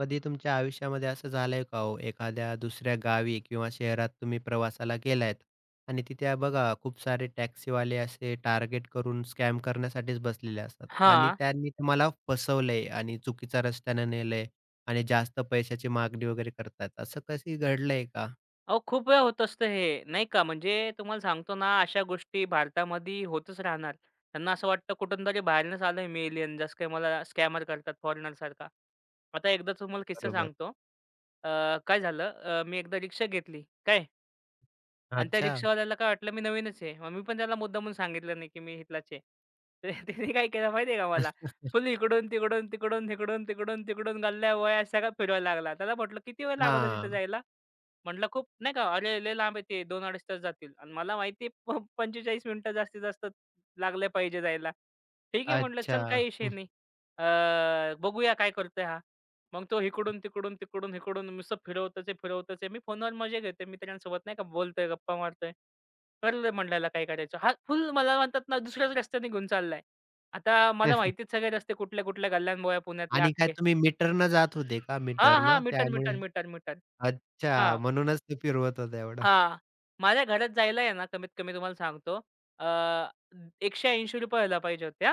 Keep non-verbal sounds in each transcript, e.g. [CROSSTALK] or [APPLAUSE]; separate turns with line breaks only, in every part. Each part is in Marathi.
कधी तुमच्या आयुष्यामध्ये असं झालंय का हो, एखाद्या दुसऱ्या गावी किंवा शहरात तुम्ही प्रवासाला गेलायत आणि तिथे बघा खूप सारे टॅक्सीवाले असे टार्गेट करून स्कॅम करण्यासाठीच बसलेले असतात आणि
हां.
त्यांनी तुम्हाला फसवलंय आणि चुकीच्या रस्त्याने नेलंय आणि जास्त पैशाची मागणी वगैरे करतात. असं कधी घडलंय का?
अहो, खूप वेळा होत असतं हे, नाही का. म्हणजे तुम्हाला सांगतो ना, अशा गोष्टी भारतामध्ये होतच राहणार. त्यांना असं वाटतं कुठून तरी बाहेरनंच आलोय मी एलियन, जसं काही मला स्कॅमर करतात फॉरेनरसारखा. आता एकदा तुम्हाला किस्सा
बरोबर.
सांगतो. अ, काय झालं, मी एकदा रिक्षा घेतली, काय आणि त्या
अच्छा.
रिक्षावाल्याला काय वाटलं मी नवीनच आहे. मग मी पण त्याला मुद्दामून सांगितलं नाही, की मी इथलाच आहे. तर [LAUGHS] त्याने काय केलं माहिती आहे का मला? फुल
[LAUGHS]
इकडून, तिकडून, तिकडून, हिकडून, तिकडून, तिकडून, गल्ल्या वळ्या सगळा फिरवायला लागला. त्याला म्हटलं, "किती वेळ लागला तिथं
हां.
जायला?" म्हटलं, "खूप" नाही का, "अरे, लय लांब आहे ते 2-2.5 तास जातील." आणि मला माहिती आहे प 45 मिनिटं जास्तीत जास्त लागले पाहिजे जायला. ठीक आहे म्हटलं, "चल
अच्छा.
काही विषय नाही. बघूया काय करतोय हा." मग तो इकडून, तिकडून, तिकडून, इकडून नुसतं फिरवतच आहे, फिरवतच आहे. मी फोनवर मजे घेतोय मित्रांसोबत नाही का बोलतोय, गप्पा मारतोय. ठरलंय म्हणलं काय करायचं. हा फुल मला म्हणतात ना दुसऱ्याच रस्त्याने घेऊन चाललाय. आता मला माहितीच
[LAUGHS]
सगळे रस्ते कुठल्या-कुठल्या गल्ल्यान पुण्यातल्या
आणि काय
अख्खे.
तुम्ही मीटरनं जात होते का
हां, हां.
मीटरनं
मीटर, मीटर,
त्यामुळे?
Metre, metre. हां,
अच्छा. म्हणूनच ते फिरवत होता एवढं.
हां. माझ्या घरात जायला आहे ना कमीत कमी तुम्हाला सांगतो अ, ₹180 व्हायला पाहिजे होते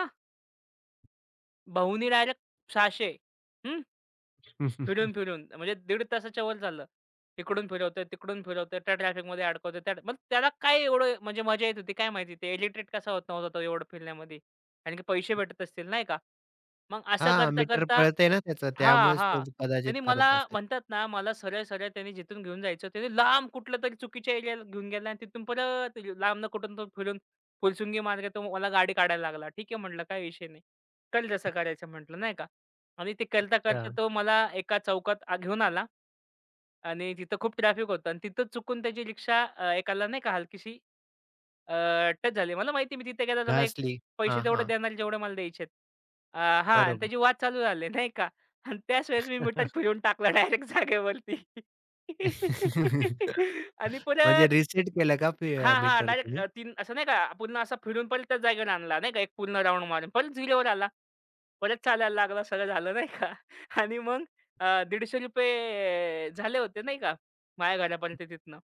भाऊनी डायरेक्ट 600
[LAUGHS]
फिरून-फिरून म्हणजे दीड तासाच्या वर झालं. इकडून फिरवतोय, तिकडून फिरवतोय, त्या ट्रॅफिकमध्ये अडकवतोय, त्या मग त्याला काय एवढं म्हणजे मजा येत होती काय माहिती? ते इरिटेट कसा होत नव्हता तो एवढं फिरण्यामध्ये? कारण की पैसे भेटत असतील नाही का? मग असं
हां, मीटर
करता-करता
पळतंय ना त्याचं
हां,
त्यामुळेच तो
हां.
कदाचित
त्यांनी मला
करत असेल.
म्हणतात ना, मला सरळ-सरळ त्यांनी जिथून घेऊन जायचं, त्यांनी लांब कुठलं तरी चुकीच्या एरियाला घेऊन गेला आणि तिथून परत लांबनं कुठून तर फिरून फुलसुंगी मार्गे तो मला गाडी काढायला लागला. ठीक आहे म्हटलं काही विषय नाही. "कर जसं करायचं" म्हटलं नाही का. आणि ते करता-करता
अच्छा,
तो मला एका चौकात घेऊन आला आणि तिथं खूप ट्रॅफिक होतं आणि तिथं चुकून त्याची रिक्षा एकाला नाही का हलकीशी टच झाले. मला माहिती आहे मी तिथे गेला त्याला एक
घासली.
पैसे
हां,
तेवढे
हां.
देणार जेवढे मला द्यायचे आहेत. अ, हां आणि
बरोबर.
त्याची वाद चालू झाली नाही का आणि त्याच वेळेस मी मीटर फिरवून टाकला डायरेक्ट जागेवरती. [LAUGHS] आणि
[LAUGHS] म्हणजे
परत
रिसेट केलं का फी
हां, हां.
मीटर
डायरेक्ट
तुम्ही?
तीन असं नाही का पूर्ण असा फिरून परत त्याच जागेवर आणला नाही का एक पूर्ण राउंड मारून. परत 0वर आला. परत चालायला लागला. सगळं झालं नाही का [LAUGHS] आणि मग ₹150 झाले होते नाही का माझ्या घरापर्यंत तिथनं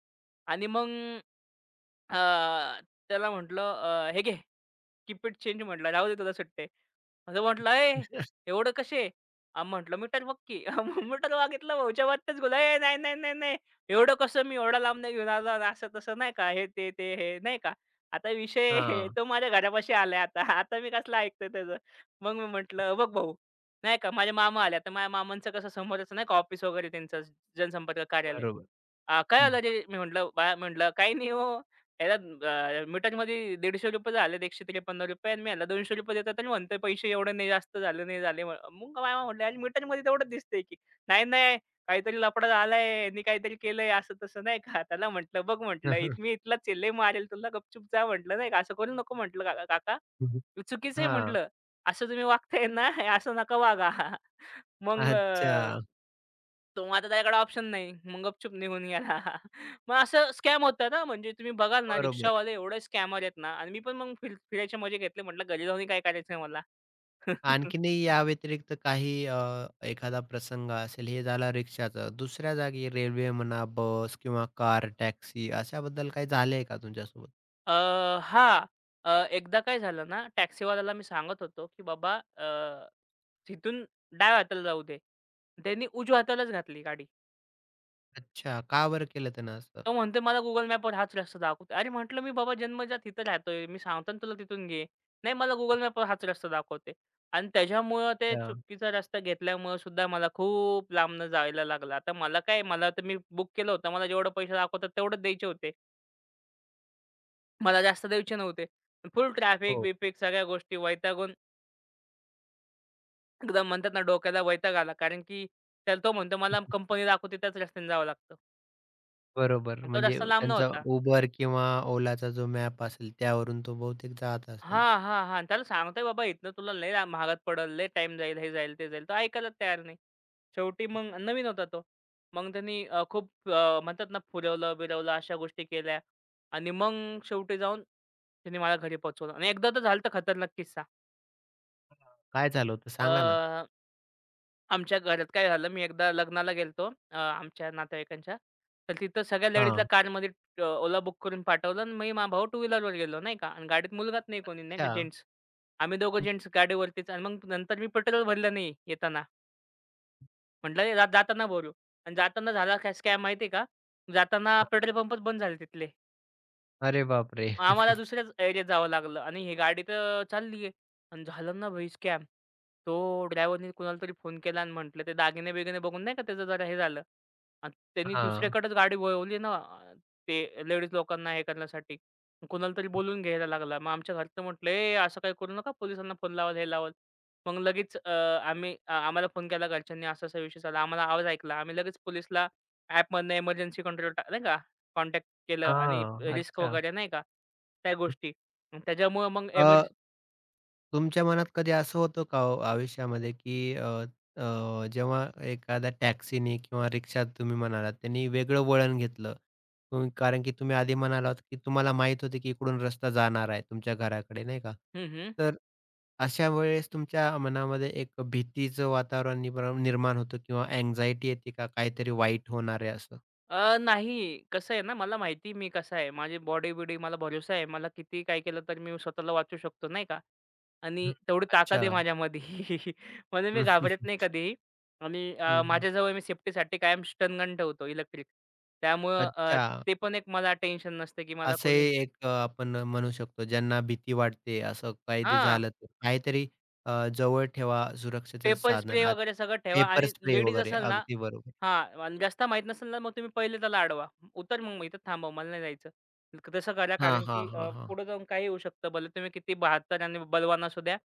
आणि मग अ, त्याला म्हटलं, हे घे." कीप इट चेंज म्हटलं, "राहू दे तुला सुट्टे." असं म्हटलं, "ए
[LAUGHS]
एवढं कसे?" म्हटलं, "मीटर बघ की." [LAUGHS] मग मीटर मागितलं भाऊच्या वाटतच गेला, "ए नाही, नाही, नाही, नाही. एवढं कसं मी एवढा लांब नाही घेऊन आलो." आणि असं तसं नाही का, हे ते, ते हे नाही का. आता विषय [LAUGHS]
हां,
तो माझ्या घरापाशी आलाय आता. [LAUGHS] आता मी कसलं ऐकतोय त्याचं. मग मी म्हटलं, "बघ भाऊ नाही का माझे मामा आले." आता माझ्या मामांचं कसं समोरच नाही का ऑफिस वगैरे त्यांचं जनसंपर्क कार्यालय.
बरोबर.
"काय
हं.
आलं रे?" मी म्हटलं बा म्हटलं, "काही नाही हो, याला मीटरमध्ये ₹150 झालेत ₹153 आणि मी ह्याला ₹200 देतात आणि म्हणतोय पैसे एवढे नाही जास्त झाले, नाही झाले." म्ह मग मामा म्हटले, "अरे मीटरमध्ये तेवढंच दिसतंय की." "नाही, नाही, काहीतरी लफडा झालाय, ह्यांनी काहीतरी केलंय असं-तसं." नाही का. त्याला म्हटलं, "बघ," म्हटलं, "इत मी
[LAUGHS]
इथलाच आहे, लय मारेल तुला, गपचूप जा," म्हटलं, "नाही का. असं करू नको," म्हटलं, "काका काका. हे चुकीचं आहे,"
हां,
म्हटलं. "असं तुम्ही वागताय ना, हे असं नका वागा." [LAUGHS] मग
अच्छा.
मग आता त्याच्याकडे ऑप्शन नाही. मग गपचूप निघून गेला. [LAUGHS] मग असं स्कॅम होतं ना, म्हणजे तुम्ही बघाल ना
बरोबर.
रिक्षावाले एवढे स्कॅमर आहेत ना आणि मी पण मग फिरायचे मजे घेतले. म्हटलं घरी जाऊन काय करायचंय मला. [LAUGHS]
आणखीनही या व्यतिरिक्त काही एखादा प्रसंग असेल, हे झाला रिक्षाचा. दुसऱ्या जागी रेल्वे म्हणा, बस किंवा कार, टॅक्सी अशाबद्दल काही झालंय का तुमच्यासोबत?
अ, हां. एकदा काय झालं ना, टॅक्सीवाल्याला मी सांगत होतो, की "बाबा तिथून डाव्या हाताला जाऊ दे." त्यांनी उजव्या हातालाच घातली गाडी.
अच्छा, का बरं केलं त्यानं असं?
तो म्हणतोय मला Google मॅपवर हाच रस्ता दाखवतो. अरे म्हटलं, "मी बाबा जन्मजात इथं राहतोय. मी सांगतो ना तुला तिथून घे." "नाही, मला Google मॅपवर हाच रस्ता दाखवते." आणि त्याच्यामुळं ते
अच्छा,
चुकीचा रस्ता घेतल्यामुळं सुद्धा मला खूप लांबनं जायला लागलं. आता मला काय, मला तर मी बुक केलं होतं. मला जेवढे पैसे दाखवतात तेवढेच द्यायचे होते. मला जास्त द्यायचे नव्हते. फुल
हो.
ट्रॅफिक-बिफिक सगळ्या गोष्टी वैतागून एकदम म्हणतात ना, डोक्याला वैताग आला. कारण की त्याला तो म्हणतो, "मला कंपनी दाखवते त्याच रस्त्याने जावं लागतं."
बरोबर.
आणि तो
म्हणजे
रस्ता लांबनं
त्यांचा
होता.
Uber किंवा Olaचा जो मॅप असेल, त्यावरून तो बहुतेक जात असेल.
हां, हां, हां. त्याला सांगतोय बाबा इथनं तुला लय ला महागात पडेल, लय टाईम जाईल, हे जाईल, ते जाईल. तो ऐकायलाच तयार नाही. शेवटी मग नवीन होता तो. मग त्यांनी खूप म्हणतात ना फुलवलं-बिलवलं अशा गोष्टी केल्या आणि मग शेवटी जाऊन त्यांनी मला घरी पोहोचवलं आणि एकदा तर झालं होतं खतरनाक किस्सा.
काय झालं होतं सांगा ना?
आमच्या घरात काय झालं, मी एकदा लग्नाला गेलतो आमच्या नातेवाईकांच्या. तर तिथं सगळ्या लेडीजला
हां.
कारमध्ये ओला बुक करून पाठवलं आणि मी माझा भाऊ टू व्हीलरवर गेलो नाही का आणि गाडीत मुलगाच नाही कोणी नाही
अच्छा.
का जेंट्स. आम्ही दोघं
हं.
जेंट्स गाडीवरतीच आणि मग नंतर मी पेट्रोल भरलं नाही येताना. म्हटलं "ए, जाताना भरू आणि जाताना झाला काय स्कॅम माहिती आहे का? जाताना पेट्रोल पंपच बंद झाले तिथले.
अरे बापरे!
मग आम्हाला दुसऱ्याच एरियात जावं लागलं आणि ही गाडी तर चालली आहे आणि झालं ना भाई स्कॅम. तो ड्रायव्हरनी कुणाला तरी फोन केला आणि म्हटलं ते दागिने-बिगिने बघून नाही का त्याचं जरा हे झालं आणि त्यांनी
हां.
दुसऱ्याकडेच गाडी वळवली ना ते लेडीज लोकांना हे करण्यासाठी. मग कुणाला तरी बोलून घ्यायला लागला. मग आमच्या घरचं म्हटलं, "ए असं काही करू नका पोलिसांना फोन लावाल, हे लावाल." मग लगेच आम्हाला फोन केला घरच्यांनी असा-असा विषय झाला. आम्हाला आवाज ऐकला. आम्ही लगेच पोलिसला ॲपमधनं इमर्जन्सी कंट्रोल नाही का केलं आणि
हां.
रिस्क
अच्छा.
वगैरे नाही का, त्या गोष्टी. अन् त्याच्यामुळं मग
अ, तुमच्या मनात कधी असं होतं का हो आयुष्यामध्ये, की अ, अ, जेव्हा एखाद्या टॅक्सीने किंवा रिक्षात तुम्ही म्हणालात त्यांनी वेगळं वळण घेतलं. कारण की तुम्ही आधी म्हणालात, की तुम्हाला माहीत होते, की इकडून रस्ता जाणार आहे तुमच्या घराकडे नाही का?
हं, हं.
तर अशा वेळेस तुमच्या मनामध्ये एक भीतीचं वातावरण निर्माण होतं किंवा अँक्साइटी येते का काहीतरी वाईट होणार आहे असं?
नाही कसं आहे ना, मला माहिती मी कसा आहे. माझी बॉडी-बिडी मला भरोसा आहे. मला कितीही काय केलं तर मी स्वतःला वाचवू शकतो नाही का आणि
हं.
तेवढी ताकद
अच्छा.
आहे माझ्यामध्ये. [LAUGHS] म्हणून मी
हं, हं.
घाबरत नाही
हं.
कधीही आणि
हं, हं.
माझ्याजवळ मी सेफ्टीसाठी कायम स्टनगन ठेवतो इलेक्ट्रिक. त्यामुळं
अच्छा.
ते पण एक मला टेन्शन नसतं, की मला
असे
कोणी
एक आपण म्हणू शकतो ज्यांना भीती वाटते असं काही
हां,
झालं तर काहीतरी जवळ ठेवा सुरक्षेचं
पेपर
साधन.
स्प्रे
आत
वगैरे सगळं ठेवा
पेपर
आणि
स्प्रे
लेडीज
वगैरे
असेल ना
अगदी बरोबर.
हां. आणि रस्ता माहीत नसेल ना, मग तुम्ही पहिले त्याला अडवा. "उतर मग, मग इथं थांबव, मला नाही जायचं." तसं करा
हां,
कारण
हां,
की
हां, हां.
पुढे जाऊन काही होऊ शकतं. भले तुम्ही किती बहात्तर आणि बलवान असू द्या.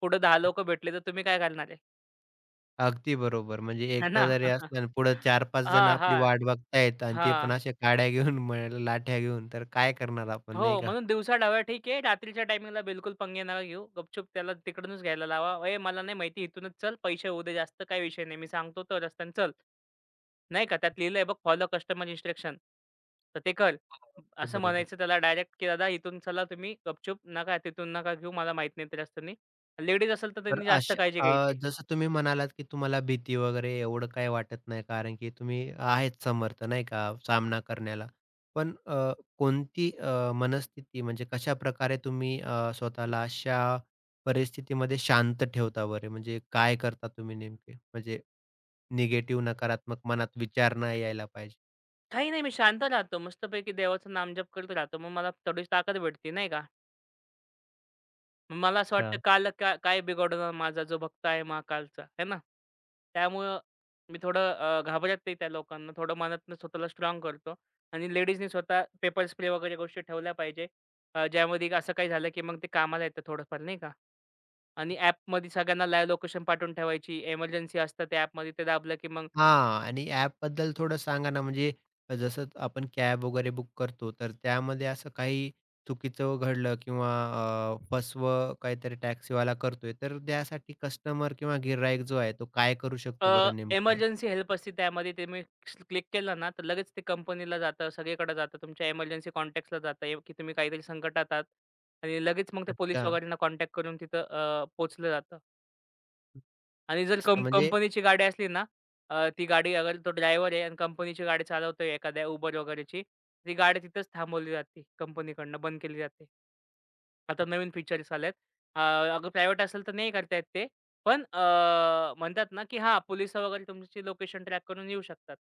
पुढे 10 लोकं भेटले तर तुम्ही काय करणार आहे?
अगदी बरोबर. म्हणजे
है ना?
एकटा जरी
[LAUGHS]
असला आणि पुढे 4-5 जण
हां,
आपली
हां.
वाट बघतायत आणि ते पण
हां,
अशा काड्या घेऊन, लाठ्या घेऊन, तर काय करणार आपण नाही
हो,
का?
म्हणून दिवसा डबा ठीक आहे. रात्रीच्या टायमिंगला बिलकुल पंगे नका घेऊ. गपचूप त्याला तिकडूनच घ्यायला लावा. "ए, मला नाही माहिती, इथूनच चल. पैसे होऊ दे जास्त, काही विषय नाही. मी सांगतो तो रस्त्याने चल." नाही का, त्यात लिहिलंय बघ, "फॉलो कस्टमर इन्स्ट्रक्शन." तर ते कर.
हो. ते
असं
बरोबर.
म्हणायचं त्याला डायरेक्ट, की "दादा, इथून चला तुम्ही गपचूप. नका तिथून नका घेऊ. मला माहीत नाही ते रस्त्यानी." लेडीज असेल तर
तर
त्यांनी जास्त
अशा
काळजी घ्यायची.
जसं तुम्ही म्हणालात, की तुम्हाला भीती वगैरे एवढं काही वाटत नाही, कारण की तुम्ही आहेत समर्थ नाही का सामना करण्याला. पण कोणती मनस्थिती म्हणजे कशाप्रकारे तुम्ही स्वतःला अशा परिस्थितीमध्ये शांत ठेवता बरे? म्हणजे काय करता तुम्ही नेमके? म्हणजे निगेटिव्ह नकारात्मक मनात विचार नाही यायला पाहिजे.
काही नाही, मी शांत राहतो. मस्तपैकी देवाचं नामजप करत राहतो. मग मला थोडीशी ताकद भेटते, नाही का? मग मला असं वाटतं काल का काय बिघडवणार माझा जो भक्त आहे महाकालचा, है ना? त्यामुळं मी थोडं घाबरत नाही त्या लोकांना. थोडं मनातनं स्वतःला स्ट्राँग करतो आणि लेडीजनी स्वतः पेपर स्प्रे वगैरे गोष्टी ठेवल्या पाहिजे. ज्यामध्ये असं काही झालं, की मग ते कामाला येतं थोडंफार नाही का? आणि ॲपमध्ये सगळ्यांना लाईव्ह लोकेशन पाठवून ठेवायची. एमर्जन्सी असतं त्या ॲपमध्ये ते दाबलं, की मग
हां. आणि ॲपबद्दल थोडं सांगा ना, म्हणजे जसं आपण कॅब वगैरे बुक करतो, तर त्यामध्ये असं काही चुकीचं घडलं किंवा फसवं काहीतरी टॅक्सीवाला करतोय, तर त्यासाठी कस्टमर किंवा गिर्हाईक जो आहे, तो काय करू
अ,
शकतो बरं नेमकं?
इमर्जन्सी हेल्प असते त्यामध्ये ते मी क्लिक केलं ना, तर लगेच ते कंपनीला जातं, सगळीकडे जातं. तुमच्या इमर्जन्सी कॉन्टॅक्ट्सला जातं आहे, की तुम्ही काहीतरी संकटात आहात आणि लगेच मग ते पोलीस
अच्छा.
वगैरेंना कॉन्टॅक्ट करून तिथं पोहोचलं जातं. आणि जर
असतं म्हणजे
कंपनीची गाडी असली ना, ती गाडी अगर तो ड्रायव्हर आहे आणि कंपनीची गाडी चालवतोय एखाद्या Uber वगैरेची, ती गाडी तिथंच थांबवली जाते कंपनीकडनं, बंद केली जाते. आता नवीन फीचर्स आल्यात. अ, अगं प्रायव्हेट असेल तर नाही करता येत ते. पण म्हणतात ना, की हां, पोलिस वगैरे तुमची लोकेशन ट्रॅक करून येऊ शकतात.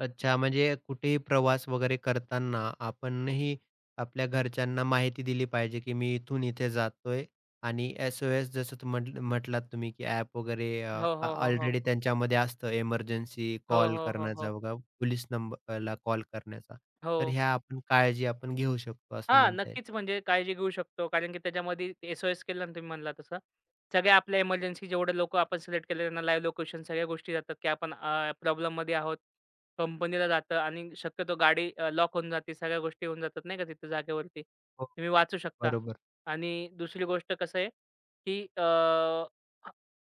अच्छा, म्हणजे कुठेही प्रवास वगैरे करताना आपणही आपल्या घरच्यांना माहिती दिली पाहिजे, की मी इथून इथे जातोय आणि एस-ओ-एस जसं तू म्हटलात तुम्ही, की ॲप वगैरे
हो, हो, हो, हो.
ऑलरेडी त्यांच्यामध्ये असतं एमर्जन्सी
हो,
कॉल
हो, हो,
करण्याचा
हो.
बघा, पोलीस नंबरला कॉल करण्याचा.
हो.
तर ह्या आपण काळजी आपण घेऊ शकतो असं
हां,
म्हणता येईल.
नक्कीच म्हणजे काळजी घेऊ शकतो. कारण की त्याच्यामध्ये एस-ओ-एस केलं ना तुम्ही म्हणला तसं. सगळ्या आपल्या इमर्जन्सी जेवढे लोकं आपण सिलेक्ट केले त्यांना लाईव्ह लोकेशन सगळ्या गोष्टी जातात, की आपण प्रॉब्लेममध्ये आहोत. कंपनीला जातं आणि शक्यतो गाडी लॉक होऊन जाते. सगळ्या गोष्टी होऊन जातात नाही का तिथं जागेवरती.
हो,
तुम्ही वाचू शकता.
बरोबर.
आणि दुसरी गोष्ट कसं आहे, की अ, ह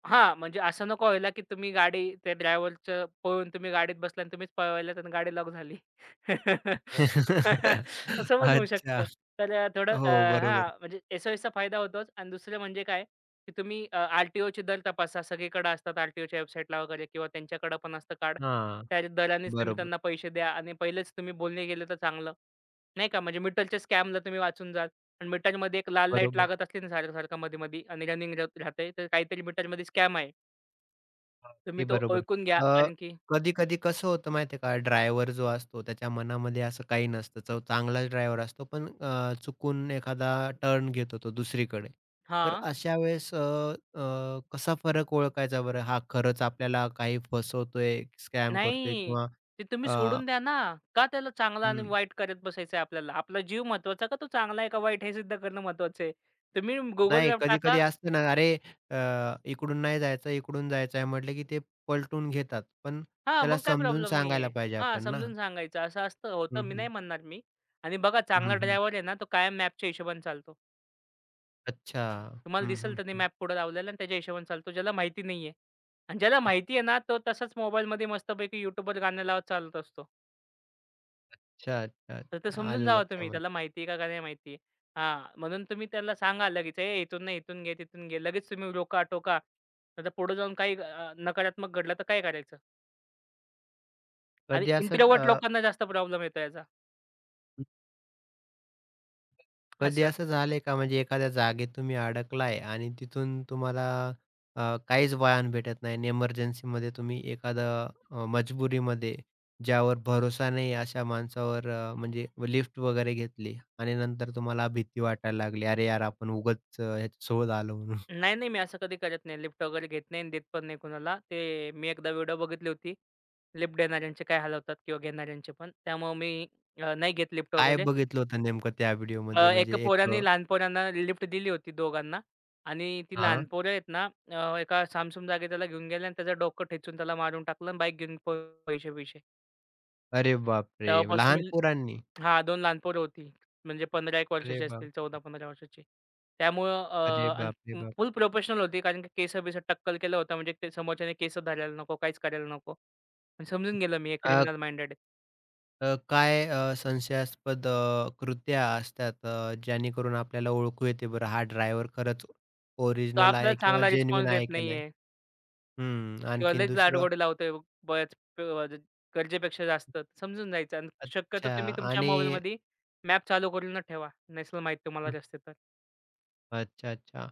हां, म्हणजे असं नको व्हायला, की तुम्ही गाडी त्या ड्रायव्हरचं पळून तुम्ही गाडीत बसला आणि तुम्हीच पळवायला आणि गाडी लॉक झाली. [LAUGHS] [LAUGHS]
[LAUGHS]
तसं पण होऊ
अच्छा.
शकतं. तर
हो, बरोबर.
हां, म्हणजे एस-ओ-एसचा फायदा होतोच आणि दुसरं म्हणजे काय, की तुम्ही आर-टी-ओचे दर तपासा. सगळीकडे असतात आर टी वेबसाईटला वगैरे किंवा त्यांच्याकडे पण असतं कार्ड.
हां,
त्या दरानेच तुम्ही
बरोबर,
त्यांना पैसे द्या आणि पहिलेच तुम्ही बोलणे गेले तर चांगलं. नाही का, म्हणजे मीटरच्या स्कॅमला तुम्ही वाचून जाल आणि मीटरमध्ये एक लाल लाईट
बरोबर.
लागत असली ना सारखं-सारखं मधी-मधी आणि रनिंग राहते, तर काहीतरी मीटरमध्ये स्कॅम आहे. तुम्ही
अगदी
तो
बरोबर.
ओळखून घ्या
अ,
कारण की
कधी-कधी कसं होतं माहिती का, ड्रायव्हर जो असतो त्याच्या मनामध्ये असं काही नसतं. तो चांगलाच ड्रायव्हर असतो, पण चुकून एखादा टर्न घेतो तो दुसरीकडे. तर
हां.
अशा वेळेस अ, अ, कसा फरक ओळखायचा बरं? हा खरंच आपल्याला काही फसवतोय, स्कॅम करतोय
नाही.
किंवा
ते तुम्ही
अ,
सोडून द्या ना. का त्याला चांगला आणि
हं,
वाईट करत बसायचं आहे आपल्याला? आपला जीव महत्वाचा का तो चांगला आहे का वाईट हे सिद्ध करणं महत्वाचं आहे. तुम्ही
नाही
Googleवर टाका
कधी-कधी असतं ना, "अरे अ, इकडून नाही जायचं, इकडून जायचं आहे," म्हटलं की ते पलटून घेतात. पण
हां,
त्याला
मग काय
समजून
प्रॉब्लेम
सांगायला
नाहीये.
पाहिजे
हां,
आपण ना.
समजून सांगायचं असं असतं होतं
हं,
मी नाही
हं.
म्हणणार मी. आणि बघा
हं,
चांगला
हं.
ड्रायव्हर आहे ना तो कायम मॅपच्या हिशोबाने चालतो.
अच्छा.
तुम्हाला
हं,
दिसेल
हं,
त्याने
हं.
मॅप पुढे लावलेला आणि त्याच्या हिशोबाने चालतो. ज्याला माहिती नाहीये आणि ज्याला माहिती आहे ना तो तसाच मोबाईलमध्ये मस्तपैकी YouTubeवर गाणं लावत चालत असतो.
अच्छा, अच्छा,
तर ते
अच्छा.
समजून
आलं
जावं तुम्ही.
लक्षामध्ये.
त्याला माहिती आहे का, का नाही माहिती? हां, म्हणून तुम्ही त्याला सांगा लगेच, "ए, इथून नाही, इथून घे, तिथून घे." लगेच तुम्ही रोका-टोका. नाहीतर पुढे जाऊन काही नकारात्मक घडलं तर काय करायचं? आणि
कधी असं
इंट्रोव्हर्ट
अ,
लोकांना जास्त प्रॉब्लेम येतो याचा.
कधी
असं.
असं झालंय का म्हणजे एखाद्या जागेत तुम्ही अडकलाय आणि तिथून तुम्हाला काहीच वाहन भेटत नाही आणि एमर्जन्सीमध्ये तुम्ही एखादं मजबुरीमध्ये ज्यावर भरोसा नाही अशा माणसावर म्हणजे लिफ्ट वगैरे घेतली आणि नंतर तुम्हाला भीती वाटायला लागली. अरे यार, आपण उगाच ह्याच्यासोबत आलो म्हणून.
नाही, नाही, मी असं कधी करत नाही. लिफ्ट वगैरे घेत नाही आणि देत पण नाही कुणाला. ते मी एकदा व्हिडिओ बघितली होती, लिफ्ट देणाऱ्यांचे काय हाल होतात किंवा घेणाऱ्यांचे पण. त्यामुळे मी नाही घेत लिफ्ट
काय
वगैरे.
बघितलं होतं नेमकं त्या व्हिडिओमध्ये
एका
म्हणजे एक
पोराने
अ
लहान पोरांना लिफ्ट दिली होती दोघांना आणि ती
हां.
लहान पोरं आहेत ना एका सामसूम जागी त्याला घेऊन गेले आणि त्याचं डोकं ठेचून त्याला मारून टाकलं आणि बाईक घेऊन पळून पैसे-बिसे.
अरे बापरे!
तेव्हापासून
लहान
मी
पोरांनी?
हां, 2 लहान पोरं होती. म्हणजे 15-1
अरे
वर्षाची असतील, 14-15 वर्षाची.
अरे
त्यामुळं
बापरे बाप!
फुल प्रोफेशनल होती कारण की केसं-बिसं टक्कल केलं होतं म्हणजे ते समोरच्याने केस धरायला नको, काहीच करायला नको. पण समजून गेलं मी
अ,
क्रिमिनल माइंडेड
अ, काय संशयास्पद कृत्या असतात जेणेकरून आपल्याला ओळखू येते बरं हा ड्रायव्हर खरंच
तो
ओरिजिनल
आपल्याला
आहे किंवा
चांगला रिस्पॉन्स
जेन्युइन
देत
आहे की नाही?
नाहीये.
हं.
किंवा
आणखीन
लयच
दुसरं?
लाडगोडे लावतोय बऱ्याच प अ, ज- गरजेपेक्षा जास्त समजून जायचं आणि शक्यतो
अच्छा
तुम्ही तुमच्या
आणि
मोबाईलमध्ये मॅप चालू करूनच ठेवा, नसेल माहीत तुम्हाला
हं.
रस्ते तर.
अच्छा, अच्छा.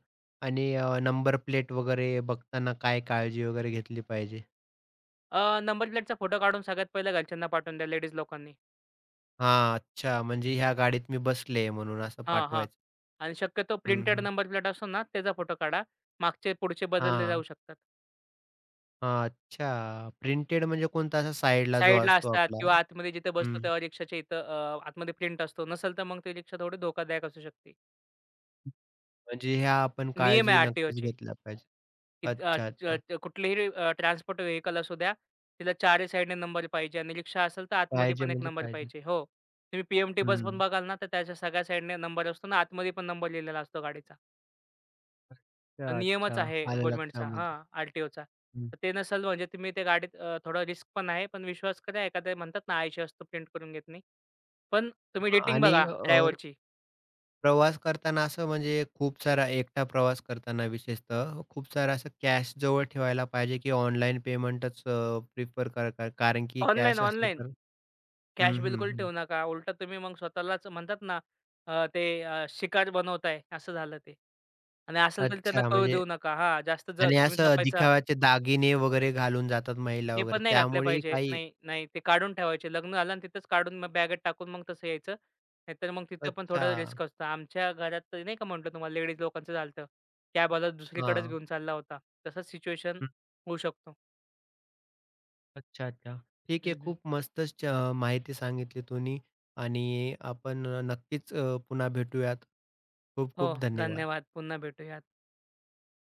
आणि नंबर प्लेट वगैरे बघताना काय काळजी वगैरे घेतली पाहिजे?
नंबर प्लेटचा फोटो काढून सगळ्यात पहिला घरच्यांना पाठवून द्या लेडीज लोकांनी.
हां. अच्छा म्हणजे ह्या गाडीत मी बसले म्हणून असं
हां, हां.
पाठवायचं.
आणि शक्यतो
हं,
प्रिंटेड
हं.
नंबर प्लेट असतो ना त्याचा फोटो काढा. मागचे पुढचे बदलले
हां.
जाऊ शकतात.
हां. अच्छा. प्रिंटेड म्हणजे कोणता असा साइडला जो
साईडला
असतो
असतात
आपला?
किंवा आतमध्ये जिथे बसतो
हं.
तेव्हा रिक्षाच्या इथं आतमध्ये प्रिंट असतो. नसेल तर मग ती रिक्षा थोडी धोकादायक असू शकते.
म्हणजे ह्या आपण
नियम आहे
काळजी
आर
नक्कीच घेतल्या पाहिजे.
की अ,
अच्छा, अच्छा.
च च कुठलेही ट्रान्सपोर्ट व्हेकल असू द्या, तिला चारही साइडने नंबर पाहिजे आणि रिक्षा असेल तर आतमध्ये
पाहिजे
पण एक
म्हणजे
नंबर
पाहिजे.
पाहिजे. हो. तुम्ही पी बस पण
हं.
बघाल ना, तर त्याच्या सगळ्या साइडने नंबर असतो ना, आतमध्ये पण नंबर लिहिलेला असतो गाडीचा.
अच्छा,
तो नियमच
अच्छा.
आहे
आलं
गव्हर्नमेंटचा
लक्षामध्ये.
हां, आर
हं.
तर ते नसेल म्हणजे तुम्ही त्या गाडीत थोडा रिस्क पण आहे. पण विश्वास करा एखाद्या म्हणतात ना, "आयशी वस्तू प्रिंट करून घेत नाही." पण तुम्ही रेटिंग
आणि
बघा ड्रायव्हरची.
प्रवास करताना असं म्हणजे खूप सारा एकटा प्रवास करताना विशेषतः खूप सारा असं कॅश जवळ ठेवायला पाहिजे, की ऑनलाईन पेमेंटच प्रिफर कर कर कारण की
ऑनलाईन,
कॅश असलं
ऑनलाईन.
तर हं,
कॅश
हं,
बिलकुल
हं.
ठेवू नका. उलटं तुम्ही मग स्वतःलाच म्हणतात ना, शिकार बनवताय. असं झालं ते. आणि असेल तर त्यांना
अच्छा
कळू
म्हणजे
देऊ नका. हां, जास्त ज
आणि
तुम्ही
असं
जपायचा
दिखाव्याचे दागिने वगैरे घालून जातात महिला
हे
वगैरे
पण नाही घातले
त्यामुळेही
पाहिजे.
काही
नाही, नाही ते काढून ठेवायचे. लग्न झालं आणि तिथंच काढून मग बॅगेत टाकून मग तसं यायचं. नाहीतर मग तिथं पण
अच्छा.
थोडं रिस्क असतं. आमच्या घरात तर नाही का म्हटलं तुम्हाला लेडीज लोकांचं झालं कॅबवाला दुसरीकडेच
हां.
घेऊन चालला होता. तसंच सिच्युएशन होऊ शकतो.
अच्छा, अच्छा. ठीक आहे.
हं,
खूप मस्तच माहिती सांगितली तुम्ही आणि आपण नक्कीच पुन्हा भेटूयात. खूप
हो,
खूप धन्यवाद.
धन्यवाद. पुन्हा भेटूयात.